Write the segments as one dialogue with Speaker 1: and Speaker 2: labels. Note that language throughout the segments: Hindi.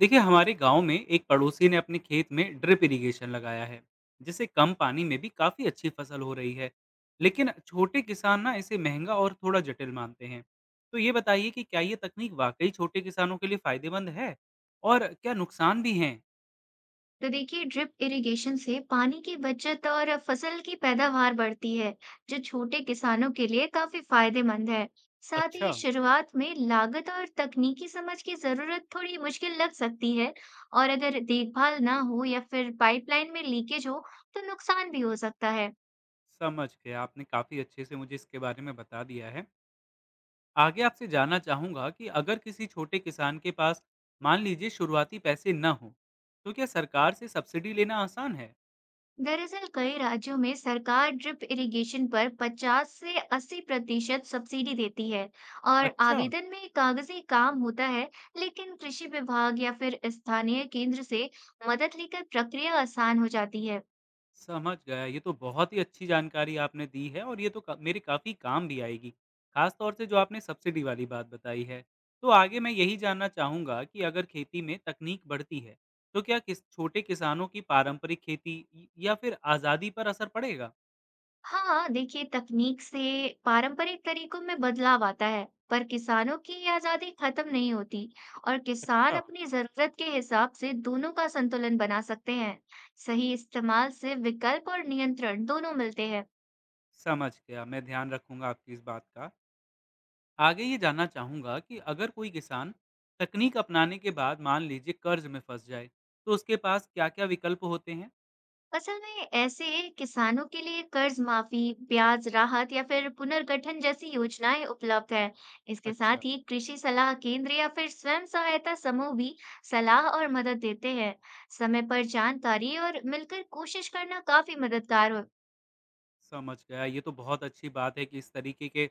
Speaker 1: देखिए हमारे गांव में एक पड़ोसी ने अपने खेत में ड्रिप इरिगेशन लगाया है जिससे कम पानी में भी काफी अच्छी फसल हो रही है। लेकिन छोटे किसान ना इसे महंगा और थोड़ा जटिल मानते हैं। तो ये बताइए कि क्या ये तकनीक वाकई छोटे किसानों के लिए फायदेमंद है और क्या नुकसान भी हैं।
Speaker 2: तो देखिए ड्रिप इरिगेशन से पानी की बचत और फसल की पैदावार बढ़ती है, जो छोटे किसानों के लिए काफी फायदेमंद है। साथ
Speaker 1: अच्छा,
Speaker 2: ही शुरुआत में लागत और तकनीकी समझ की जरूरत थोड़ी मुश्किल लग सकती है, और अगर देखभाल ना हो या फिर पाइपलाइन में लीकेज हो, तो नुकसान भी हो सकता है।
Speaker 1: समझ गया। आपने काफी अच्छे से मुझे इसके बारे में बता दिया है। आगे आपसे जानना चाहूंगा कि अगर किसी छोटे किसान के पास, मान लीजिए, शुरुआती पैसे न हो, तो क्या सरकार से सब्सिडी लेना आसान है?
Speaker 2: दरअसल कई राज्यों में सरकार ड्रिप इरिगेशन पर 50 से 80% सब्सिडी देती है और
Speaker 1: अच्छा,
Speaker 2: आवेदन में कागजी काम होता है। लेकिन कृषि विभाग या फिर स्थानीय केंद्र से मदद लेकर प्रक्रिया आसान हो जाती है।
Speaker 1: समझ गया। ये तो बहुत ही अच्छी जानकारी आपने दी है और ये तो क मेरे काफ़ी काम भी आएगी। ख़ास तौर से जो आपने सब्सिडी वाली बात बताई है। तो आगे मैं यही जानना चाहूँगा कि अगर खेती में तकनीक बढ़ती है, तो क्या किस छोटे किसानों की पारंपरिक खेती य या फिर आज़ादी पर असर पड़ेगा?
Speaker 2: हाँ देखिए, तकनीक से पारंपरिक तरीकों में बदलाव आता है पर किसानों की ये आजादी खत्म नहीं होती और किसान
Speaker 1: अच्छा।
Speaker 2: अपनी जरूरत के हिसाब से दोनों का संतुलन बना सकते हैं। सही इस्तेमाल से विकल्प और नियंत्रण दोनों मिलते हैं।
Speaker 1: समझ गया। मैं ध्यान रखूँगा आपकी इस बात का। आगे ये जानना चाहूँगा कि अगर कोई किसान तकनीक अपनाने के बाद, मान लीजिए, कर्ज़ में फँस जाए, तो उसके पास क्या-क्या विकल्प होते हैं?
Speaker 2: असल में ऐसे किसानों के लिए कर्ज माफी, ब्याज राहत या फिर पुनर्गठन जैसी योजनाएं उपलब्ध है। इसके
Speaker 1: अच्छा।
Speaker 2: साथ ही कृषि सलाह केंद्र या फिर स्वयं सहायता समूह भी सलाह और मदद देते हैं। समय पर जानकारी और मिलकर कोशिश करना काफी मददगार हो।
Speaker 1: समझ गया। ये तो बहुत अच्छी बात है कि इस तरीके के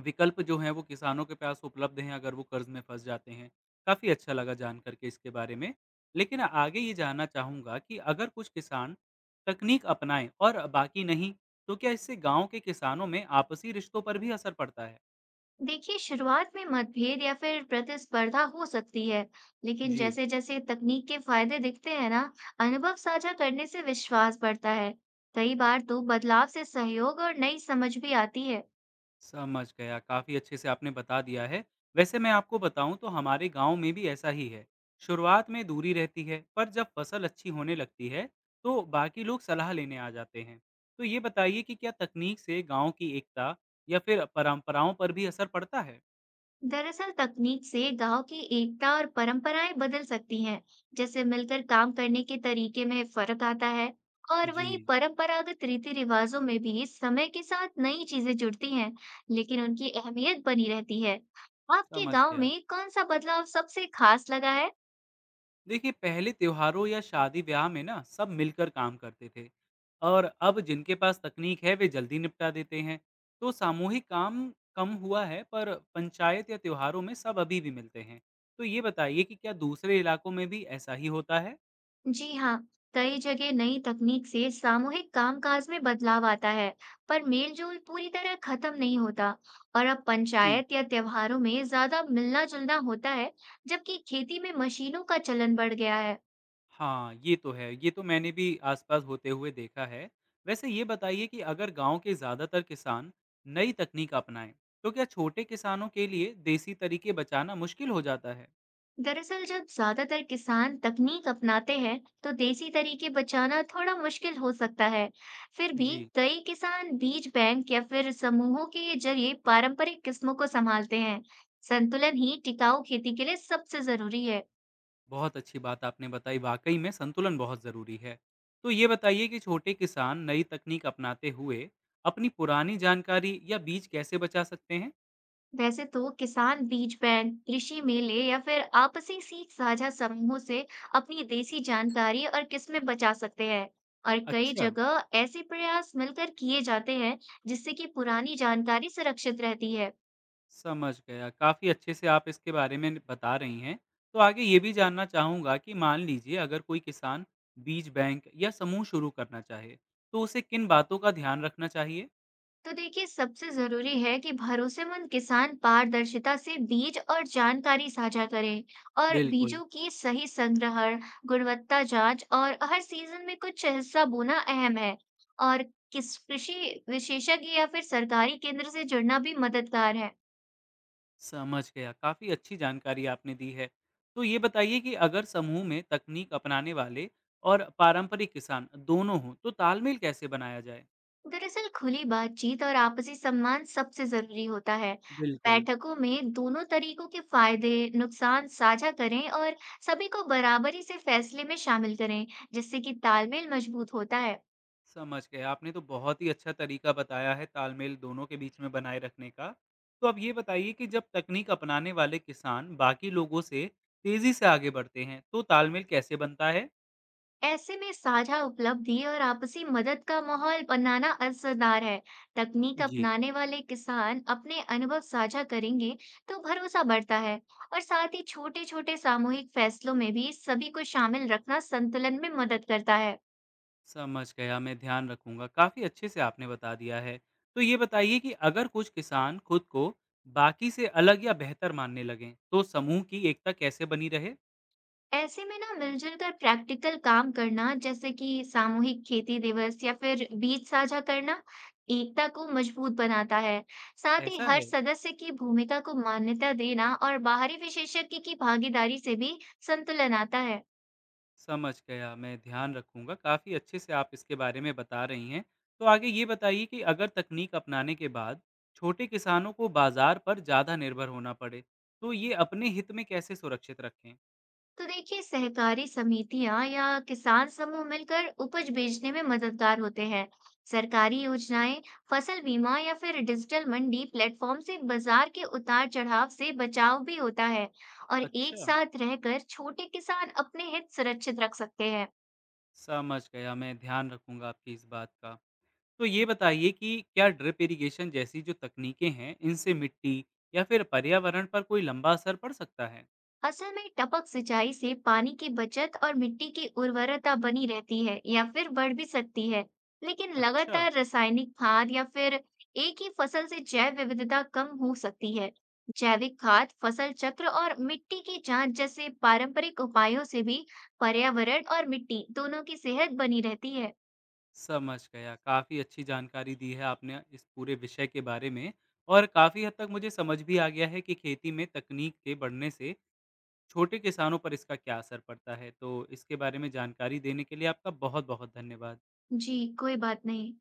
Speaker 1: विकल्प जो हैं, वो किसानों के पास उपलब्ध हैं अगर वो कर्ज़ में फँस जाते हैं। काफ़ी अच्छा लगा जान कर के इसके बारे में। लेकिन आगे ये जानना चाहूँगा कि अगर कुछ किसान तकनीक अपनाएँ और बाकी नहीं, तो क्या इससे गाँव के किसानों में आपसी रिश्तों पर भी असर पड़ता है?
Speaker 2: देखिए, शुरुआत में मतभेद या फिर प्रतिस्पर्धा हो सकती है, लेकिन
Speaker 1: जी।
Speaker 2: जैसे जैसे तकनीक के फायदे दिखते हैं ना, अनुभव साझा करने से विश्वास बढ़ता है। कई बार तो बदलाव से सहयोग और नई समझ भी आती है।
Speaker 1: समझ गया। काफ़ी अच्छे से आपने बता दिया है। वैसे मैं आपको बताऊँ तो हमारे गाँव में भी ऐसा ही है। शुरुआत में दूरी रहती है, पर जब फसल अच्छी होने लगती है, तो बाकी लोग सलाह लेने आ जाते हैं। तो ये बताइए कि क्या तकनीक से गाँव की एकता या फिर परंपराओं पर भी असर पड़ता है?
Speaker 2: दरअसल तकनीक से गांव की एकता और परंपराएं बदल सकती हैं, जैसे मिलकर काम करने के तरीके में फर्क आता है और वहीं
Speaker 1: जी,
Speaker 2: परंपरागत रीति रिवाजों में भी समय के साथ नई चीजें जुड़ती हैं, लेकिन उनकी अहमियत बनी रहती है। आपके
Speaker 1: समझ
Speaker 2: गांव
Speaker 1: गया।
Speaker 2: में कौन सा बदलाव सबसे खास लगा है?
Speaker 1: देखिए, पहले त्योहारों या शादी ब्याह में ना सब मिलकर काम करते थे और अब जिनके पास तकनीक है वे जल्दी निपटा देते हैं। तो सामूहिक काम कम हुआ है पर पंचायत या त्योहारों में सब अभी भी मिलते हैं। तो ये बताइए कि क्या दूसरे इलाकों में भी ऐसा ही होता है?
Speaker 2: जी हाँ, कई जगह नई तकनीक से सामूहिक कामकाज में बदलाव आता है, पर मेलजोल पूरी तरह खत्म नहीं होता और अब
Speaker 1: जी।
Speaker 2: पंचायत या त्योहारों में ज्यादा मिलना जुलना होता है, जबकि खेती में मशीनों का चलन बढ़ गया है।
Speaker 1: हाँ, ये तो है, ये तो मैंने भी आसपास होते हुए देखा है। वैसे ये बताइए कि अगर गांव के ज़्यादातर किसान नई तकनीक अपनाएं, तो क्या छोटे किसानों के लिए देसी तरीके बचाना मुश्किल हो जाता है?
Speaker 2: दरअसल जब ज्यादातर किसान तकनीक अपनाते हैं तो देसी तरीके बचाना थोड़ा मुश्किल हो सकता है। फिर भी
Speaker 1: जी।
Speaker 2: कई किसान बीज बैंक या फिर समूहों के जरिए पारंपरिक किस्मों को संभालते हैं। संतुलन ही टिकाऊ खेती के लिए सबसे जरूरी है।
Speaker 1: बहुत अच्छी बात आपने बताई, वाक़ई में संतुलन बहुत ज़रूरी है। तो ये बताइए कि छोटे किसान नई तकनीक अपनाते हुए अपनी पुरानी जानकारी या बीज कैसे बचा सकते हैं?
Speaker 2: वैसे तो किसान बीज बैंक, कृषि मेले या फिर आपसी सीख साझा समूहों से अपनी देसी जानकारी और किस्में बचा सकते हैं और कई
Speaker 1: अच्छा,
Speaker 2: जगह ऐसे प्रयास मिलकर किए जाते हैं, जिससे कि पुरानी जानकारी सुरक्षित रहती है।
Speaker 1: समझ गया। काफ़ी अच्छे से आप इसके बारे में बता रही हैं। तो आगे ये भी जानना चाहूँगा कि, मान लीजिए, अगर कोई किसान बीज बैंक या समूह शुरू करना चाहे, तो उसे किन बातों का ध्यान रखना चाहिए?
Speaker 2: तो देखिए, सबसे जरूरी है कि भरोसेमंद किसान पारदर्शिता से बीज और जानकारी साझा करें और
Speaker 1: बिल्कुल।
Speaker 2: बीजों की सही संग्रहण, गुणवत्ता जांच और हर सीजन में कुछ हिस्सा बोना अहम है। और किस कृषि विशेषज्ञ या फिर सरकारी केंद्र से जुड़ना भी मददगार है।
Speaker 1: समझ गया। काफ़ी अच्छी जानकारी आपने दी है। तो ये बताइए कि अगर समूह में तकनीक अपनाने वाले और पारंपरिक किसान दोनों हों, तो तालमेल कैसे बनाया जाए?
Speaker 2: दरअसल खुली बातचीत और आपसी सम्मान सबसे जरूरी होता है।
Speaker 1: बिल्कुल।
Speaker 2: बैठकों में दोनों तरीकों के फायदे, नुकसान साझा करें और सभी को बराबरी से फैसले में शामिल करें, जिससे कि तालमेल मजबूत होता है।
Speaker 1: समझ गए। आपने तो बहुत ही अच्छा तरीका बताया है तालमेल दोनों के बीच में बनाए रखने का। तो अब ये बताइए कि जब तकनीक अपनाने वाले किसान बाकी लोगों से तेज़ी से आगे बढ़ते हैं, तो तालमेल कैसे बनता है?
Speaker 2: ऐसे में साझा उपलब्धि और आपसी मदद का माहौल बनाना असरदार है। तकनीक
Speaker 1: जी,
Speaker 2: अपनाने वाले किसान अपने अनुभव साझा करेंगे तो भरोसा बढ़ता है और साथ ही छोटे-छोटे सामूहिक फैसलों में भी सभी को शामिल रखना संतुलन में मदद करता है।
Speaker 1: समझ गया, मैं ध्यान रखूंगा। काफ़ी अच्छे से आपने बता दिया है। तो ये बताइए कि अगर कुछ किसान खुद को बाकी से अलग या बेहतर मानने लगें, तो समूह की एकता कैसे बनी रहे?
Speaker 2: ऐसे में ना मिलजुल कर प्रैक्टिकल काम करना, जैसे कि सामूहिक खेती दिवस या फिर बीज साझा करना, एकता को मजबूत बनाता है। साथ ही
Speaker 1: ऐसा
Speaker 2: हर
Speaker 1: है?
Speaker 2: सदस्य की भूमिका को मान्यता देना और बाहरी विशेषज्ञ की भागीदारी से भी संतुलन आता है।
Speaker 1: समझ गया, मैं ध्यान रखूंगा। काफ़ी अच्छे से आप इसके बारे में बता रही हैं। तो आगे ये बताइए कि अगर तकनीक अपनाने के बाद छोटे किसानों को बाजार पर ज़्यादा निर्भर होना पड़े, तो ये अपने हित में कैसे सुरक्षित रखें?
Speaker 2: तो देखिए, सहकारी समितियां या किसान समूह मिलकर उपज बेचने में मददगार होते हैं। सरकारी योजनाएं, फसल बीमा या फिर डिजिटल मंडी प्लेटफॉर्म से बाजार के उतार चढ़ाव से बचाव भी होता है और एक
Speaker 1: अच्छा,
Speaker 2: साथ रहकर छोटे किसान अपने हित सुरक्षित रख सकते हैं।
Speaker 1: समझ गया, मैं ध्यान रखूंगा आपकी इस बात का। तो ये बताइए कि क्या ड्रिप इरिगेशन जैसी जो तकनीकें हैं, इनसे मिट्टी या फिर पर्यावरण पर कोई लंबा असर पड़ सकता है?
Speaker 2: असल में टपक सिंचाई से पानी की बचत और मिट्टी की उर्वरता बनी रहती है या फिर बढ़ भी सकती है, लेकिन
Speaker 1: अच्छा,
Speaker 2: लगातार रासायनिक खाद या फिर एक ही फसल से जैव विविधता कम हो सकती है। जैविक खाद फसल चक्र और मिट्टी की जांच जैसे पारंपरिक उपायों से भी पर्यावरण और मिट्टी दोनों की सेहत बनी रहती है।
Speaker 1: समझ गया। काफ़ी अच्छी जानकारी दी है आपने इस पूरे विषय के बारे में और काफ़ी हद तक मुझे समझ भी आ गया है कि खेती में तकनीक के बढ़ने से छोटे किसानों पर इसका क्या असर पड़ता है। तो इसके बारे में जानकारी देने के लिए आपका बहुत-बहुत धन्यवाद।
Speaker 2: जी कोई बात नहीं।